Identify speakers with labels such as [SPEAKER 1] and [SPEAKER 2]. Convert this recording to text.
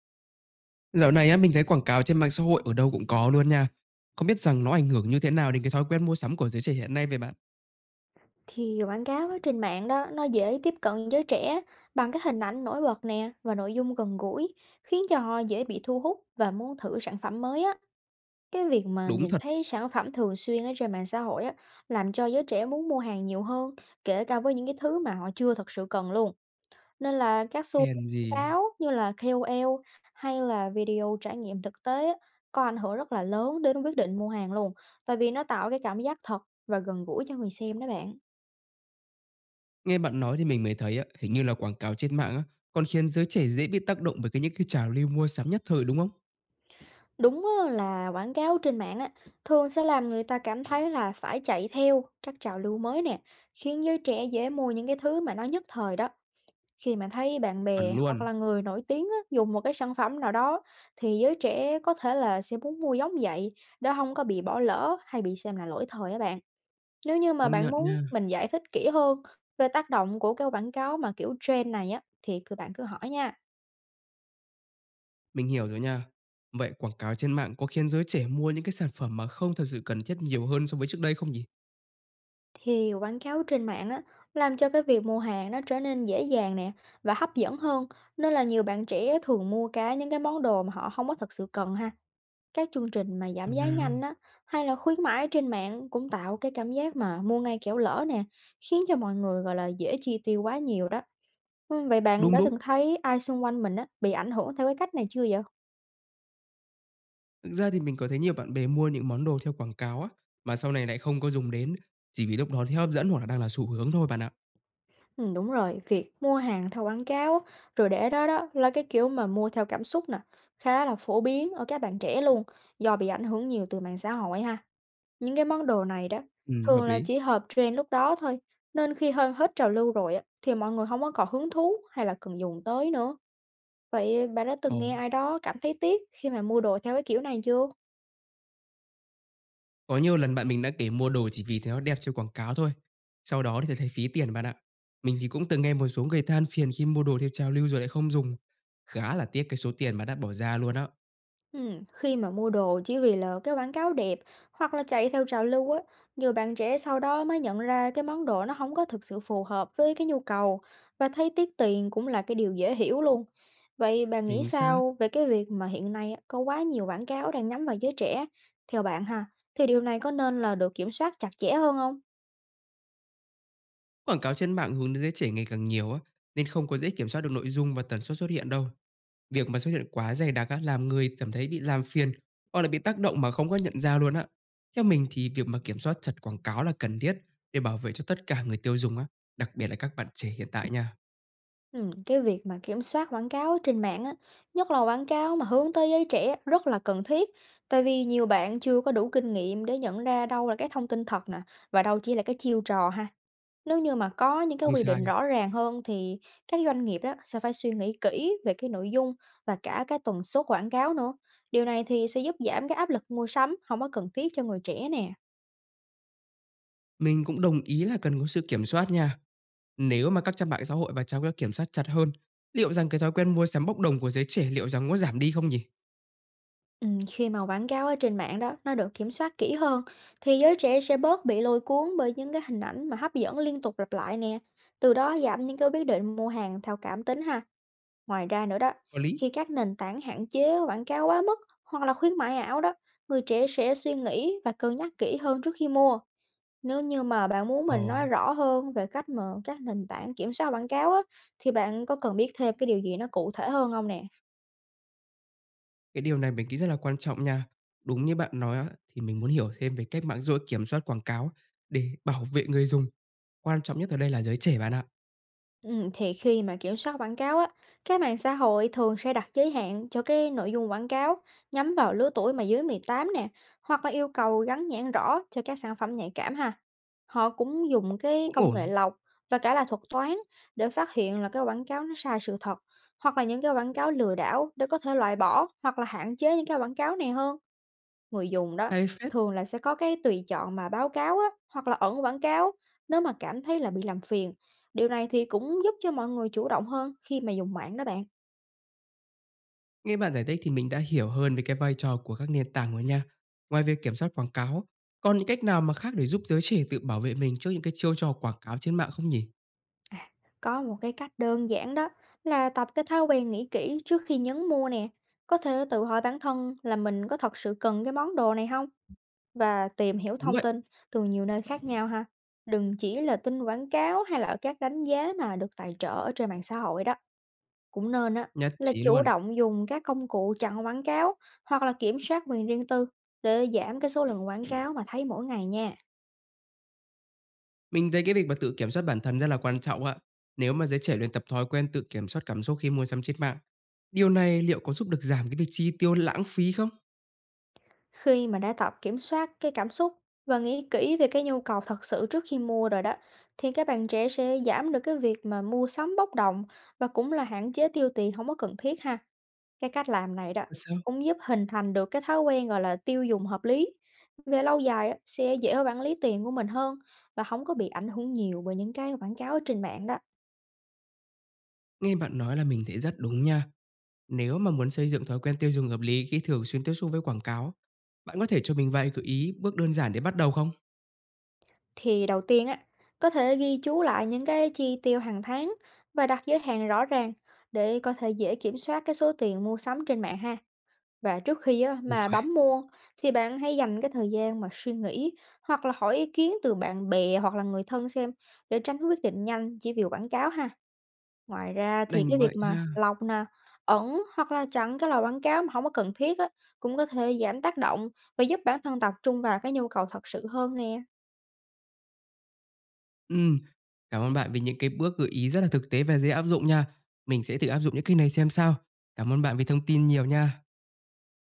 [SPEAKER 1] Dạo này á, mình thấy quảng cáo trên mạng xã hội ở đâu cũng có luôn nha. Không biết rằng nó ảnh hưởng như thế nào đến cái thói quen mua sắm của giới trẻ hiện nay vậy bạn?
[SPEAKER 2] Thì quảng cáo ở trên mạng đó, nó dễ tiếp cận giới trẻ bằng các hình ảnh nổi bật nè và nội dung gần gũi, khiến cho họ dễ bị thu hút và muốn thử sản phẩm mới á. Cái việc mà
[SPEAKER 1] Đúng
[SPEAKER 2] nhìn
[SPEAKER 1] thật,
[SPEAKER 2] thấy sản phẩm thường xuyên ở trên mạng xã hội á, làm cho giới trẻ muốn mua hàng nhiều hơn, kể cả với những cái thứ mà họ chưa thật sự cần luôn. Nên là các xu hướng
[SPEAKER 1] hèn
[SPEAKER 2] quảng
[SPEAKER 1] gì.
[SPEAKER 2] cáo như là KOL hay là video trải nghiệm thực tế á, có ảnh hưởng rất là lớn đến quyết định mua hàng luôn, tại vì nó tạo cái cảm giác thật và gần gũi cho người xem đó bạn.
[SPEAKER 1] Nghe bạn nói thì mình mới thấy á, hình như là quảng cáo trên mạng á, còn khiến giới trẻ dễ bị tác động bởi những cái trào lưu mua sắm nhất thời đúng không?
[SPEAKER 2] Đúng á, là quảng cáo trên mạng á, thường sẽ làm người ta cảm thấy là phải chạy theo các trào lưu mới nè, khiến giới trẻ dễ mua những cái thứ mà nó nhất thời đó. Khi mà thấy bạn bè
[SPEAKER 1] Chuẩn
[SPEAKER 2] hoặc
[SPEAKER 1] luôn,
[SPEAKER 2] là người nổi tiếng á, dùng một cái sản phẩm nào đó thì giới trẻ có thể là sẽ muốn mua giống vậy, để không có bị bỏ lỡ hay bị xem là lỗi thời á bạn. Nếu như mà
[SPEAKER 1] công
[SPEAKER 2] bạn
[SPEAKER 1] nhận
[SPEAKER 2] muốn
[SPEAKER 1] nha,
[SPEAKER 2] mình giải thích kỹ hơn về tác động của cái quảng cáo mà kiểu trend này á, thì cứ bạn cứ hỏi nha.
[SPEAKER 1] mình hiểu rồi nha. Vậy quảng cáo trên mạng có khiến giới trẻ mua những cái sản phẩm mà không thật sự cần thiết nhiều hơn so với trước đây không nhỉ?
[SPEAKER 2] Thì quảng cáo trên mạng á, làm cho cái việc mua hàng nó trở nên dễ dàng nè và hấp dẫn hơn, nên là nhiều bạn trẻ thường mua cái những cái món đồ mà họ không có thật sự cần ha. Các chương trình mà giảm
[SPEAKER 1] Nào
[SPEAKER 2] giá nhanh
[SPEAKER 1] nào.
[SPEAKER 2] á, hay là khuyến mãi trên mạng cũng tạo cái cảm giác mà mua ngay kẻo lỡ nè, khiến cho mọi người gọi là dễ chi tiêu quá nhiều đó. Ừ, vậy bạn
[SPEAKER 1] Đúng
[SPEAKER 2] đã từng
[SPEAKER 1] đúng,
[SPEAKER 2] thấy ai xung quanh mình á, bị ảnh hưởng theo cái cách này chưa vậy?
[SPEAKER 1] thực ra thì mình có thấy nhiều bạn bè mua những món đồ theo quảng cáo á, mà sau này lại không có dùng đến, chỉ vì lúc đó thấy hấp dẫn hoặc là đang là xu hướng thôi bạn ạ.
[SPEAKER 2] Ừ, đúng rồi, việc mua hàng theo quảng cáo rồi để đó, đó là cái kiểu mà mua theo cảm xúc nè, khá là phổ biến ở các bạn trẻ luôn, do bị ảnh hưởng nhiều từ mạng xã hội ha. Những cái món đồ này đó
[SPEAKER 1] Hợp
[SPEAKER 2] thường là
[SPEAKER 1] lý.
[SPEAKER 2] chỉ hợp trend lúc đó thôi, nên khi hơn hết trào lưu rồi á, thì mọi người không có còn hứng thú hay là cần dùng tới nữa. Vậy bạn đã
[SPEAKER 1] Ồ,
[SPEAKER 2] từng nghe ai đó cảm thấy tiếc khi mà mua đồ theo cái kiểu này chưa?
[SPEAKER 1] có nhiều lần bạn mình đã kể mua đồ chỉ vì thấy nó đẹp trên quảng cáo thôi. Sau đó thì thấy phí tiền bạn ạ. Mình thì cũng từng nghe một số người than phiền khi mua đồ theo trào lưu rồi lại không dùng. Khá là tiếc cái số tiền mà đã bỏ ra luôn á.
[SPEAKER 2] Khi mà mua đồ chỉ vì là cái quảng cáo đẹp hoặc là chạy theo trào lưu á, nhiều bạn trẻ sau đó mới nhận ra cái món đồ nó không có thực sự phù hợp với cái nhu cầu, và thấy tiếc tiền cũng là cái điều dễ hiểu luôn. Vậy bạn nghĩ
[SPEAKER 1] Chính xác.
[SPEAKER 2] sao về cái việc mà hiện nay á, có quá nhiều quảng cáo đang nhắm vào giới trẻ? Theo bạn ha, thì điều này có nên là được kiểm soát chặt chẽ hơn không?
[SPEAKER 1] Quảng cáo trên mạng hướng đến giới trẻ ngày càng nhiều á, nên không có dễ kiểm soát được nội dung và tần suất xuất hiện đâu. Việc mà xuất hiện quá dày đặc á, làm người cảm thấy bị làm phiền hoặc là bị tác động mà không có nhận ra luôn á. Theo mình thì việc mà kiểm soát chặt quảng cáo là cần thiết để bảo vệ cho tất cả người tiêu dùng á, đặc biệt là các bạn trẻ hiện tại nha.
[SPEAKER 2] Cái việc mà kiểm soát quảng cáo trên mạng á, nhất là quảng cáo mà hướng tới giới trẻ, rất là cần thiết. Tại vì nhiều bạn chưa có đủ kinh nghiệm để nhận ra đâu là cái thông tin thật nè, và đâu chỉ là cái chiêu trò ha. Nếu như mà có những cái
[SPEAKER 1] Không
[SPEAKER 2] quy
[SPEAKER 1] sai.
[SPEAKER 2] định rõ ràng hơn, thì các doanh nghiệp đó sẽ phải suy nghĩ kỹ về cái nội dung và cả cái tần suất quảng cáo nữa. Điều này thì sẽ giúp giảm cái áp lực mua sắm không có cần thiết cho người trẻ nè.
[SPEAKER 1] Mình cũng đồng ý là cần có sự kiểm soát nha. Nếu mà các trang mạng xã hội và trang web kiểm soát chặt hơn, liệu rằng cái thói quen mua sắm bốc đồng của giới trẻ liệu rằng có giảm đi không nhỉ?
[SPEAKER 2] Khi mà quảng cáo ở trên mạng đó, nó được kiểm soát kỹ hơn thì giới trẻ sẽ bớt bị lôi cuốn bởi những cái hình ảnh mà hấp dẫn liên tục lặp lại nè. Từ đó giảm những cái quyết định mua hàng theo cảm tính ha. Ngoài ra nữa đó,
[SPEAKER 1] Có lý.
[SPEAKER 2] khi các nền tảng hạn chế quảng cáo quá mức hoặc là khuyến mại ảo đó, người trẻ sẽ suy nghĩ và cân nhắc kỹ hơn trước khi mua. Nếu như mà bạn muốn
[SPEAKER 1] Ờ,
[SPEAKER 2] mình nói rõ hơn về cách mà các nền tảng kiểm soát quảng cáo á, thì bạn có cần biết thêm cái điều gì nó cụ thể hơn không nè?
[SPEAKER 1] cái điều này mình nghĩ rất là quan trọng nha. Đúng như bạn nói á, thì mình muốn hiểu thêm về cách mạng xã hội kiểm soát quảng cáo để bảo vệ người dùng. Quan trọng nhất ở đây là giới trẻ bạn ạ.
[SPEAKER 2] Thì khi mà kiểm soát quảng cáo á, các mạng xã hội thường sẽ đặt giới hạn cho cái nội dung quảng cáo nhắm vào lứa tuổi mà dưới 18 nè, hoặc là yêu cầu gắn nhãn rõ cho các sản phẩm nhạy cảm ha. Họ cũng dùng cái
[SPEAKER 1] Cũng
[SPEAKER 2] công nghệ
[SPEAKER 1] ổn,
[SPEAKER 2] lọc và cả là thuật toán để phát hiện là cái quảng cáo nó sai sự thật, hoặc là những cái quảng cáo lừa đảo, để có thể loại bỏ hoặc là hạn chế những cái quảng cáo này hơn. Người dùng đó
[SPEAKER 1] hay phết!
[SPEAKER 2] thường là sẽ có cái tùy chọn mà báo cáo á, hoặc là ẩn quảng cáo nếu mà cảm thấy là bị làm phiền. Điều này thì cũng giúp cho mọi người chủ động hơn khi mà dùng mạng đó bạn.
[SPEAKER 1] Nghe bạn giải thích thì mình đã hiểu hơn về cái vai trò của các nền tảng rồi nha. Ngoài việc kiểm soát quảng cáo, còn những cách nào mà khác để giúp giới trẻ tự bảo vệ mình trước những cái chiêu trò quảng cáo trên mạng không nhỉ?
[SPEAKER 2] À, có một cái cách đơn giản đó là tập cái thói quen nghĩ kỹ trước khi nhấn mua nè. Có thể tự hỏi bản thân là mình có thật sự cần cái món đồ này không, và tìm hiểu
[SPEAKER 1] Đúng
[SPEAKER 2] thông
[SPEAKER 1] vậy,
[SPEAKER 2] tin từ nhiều nơi khác nhau ha. Đừng chỉ là tin quảng cáo hay là ở các đánh giá mà được tài trợ ở trên mạng xã hội đó. Cũng nên á,
[SPEAKER 1] nhất
[SPEAKER 2] là
[SPEAKER 1] trí
[SPEAKER 2] chủ
[SPEAKER 1] luôn.
[SPEAKER 2] động dùng các công cụ chặn quảng cáo hoặc là kiểm soát quyền riêng tư, để giảm cái số lượng quảng cáo mà thấy mỗi ngày nha.
[SPEAKER 1] Mình thấy cái việc mà tự kiểm soát bản thân rất là quan trọng ạ. Nếu mà giới trẻ luyện tập thói quen tự kiểm soát cảm xúc khi mua sắm trên mạng, điều này liệu có giúp được giảm cái việc chi tiêu lãng phí không?
[SPEAKER 2] Khi mà đã tập kiểm soát cái cảm xúc và nghĩ kỹ về cái nhu cầu thật sự trước khi mua rồi đó, thì các bạn trẻ sẽ giảm được cái việc mà mua sắm bốc đồng và cũng là hạn chế tiêu tiền không có cần thiết ha. Cái cách làm này đó
[SPEAKER 1] Thật sao?
[SPEAKER 2] cũng giúp hình thành được cái thói quen, gọi là, tiêu dùng hợp lý. Về lâu dài á, sẽ dễ quản lý tiền của mình hơn và không có bị ảnh hưởng nhiều bởi những cái quảng cáo ở trên mạng đó.
[SPEAKER 1] Nghe bạn nói là mình thấy rất đúng nha. Nếu mà muốn xây dựng thói quen tiêu dùng hợp lý khi thường xuyên tiếp xúc với quảng cáo, bạn có thể cho mình vài gợi ý bước đơn giản để bắt đầu không?
[SPEAKER 2] Thì đầu tiên á, có thể ghi chú lại những cái chi tiêu hàng tháng và đặt giới hạn rõ ràng, để có thể dễ kiểm soát cái số tiền mua sắm trên mạng ha. Và trước khi á,
[SPEAKER 1] Cũng
[SPEAKER 2] mà
[SPEAKER 1] phải.
[SPEAKER 2] bấm mua thì bạn hãy dành cái thời gian mà suy nghĩ, hoặc là hỏi ý kiến từ bạn bè hoặc là người thân xem, để tránh quyết định nhanh chỉ vì quảng cáo ha. Ngoài ra thì cái
[SPEAKER 1] Đành
[SPEAKER 2] việc
[SPEAKER 1] vậy
[SPEAKER 2] mà
[SPEAKER 1] ha.
[SPEAKER 2] lọc nè, ẩn hoặc là chặn cái lời quảng cáo mà không có cần thiết á, cũng có thể giảm tác động và giúp bản thân tập trung vào cái nhu cầu thật sự hơn nè.
[SPEAKER 1] Ừm, cảm ơn bạn vì những cái bước gợi ý rất là thực tế và dễ áp dụng nha. Mình sẽ thử áp dụng những cái này xem sao. Cảm ơn bạn vì thông tin nhiều nha.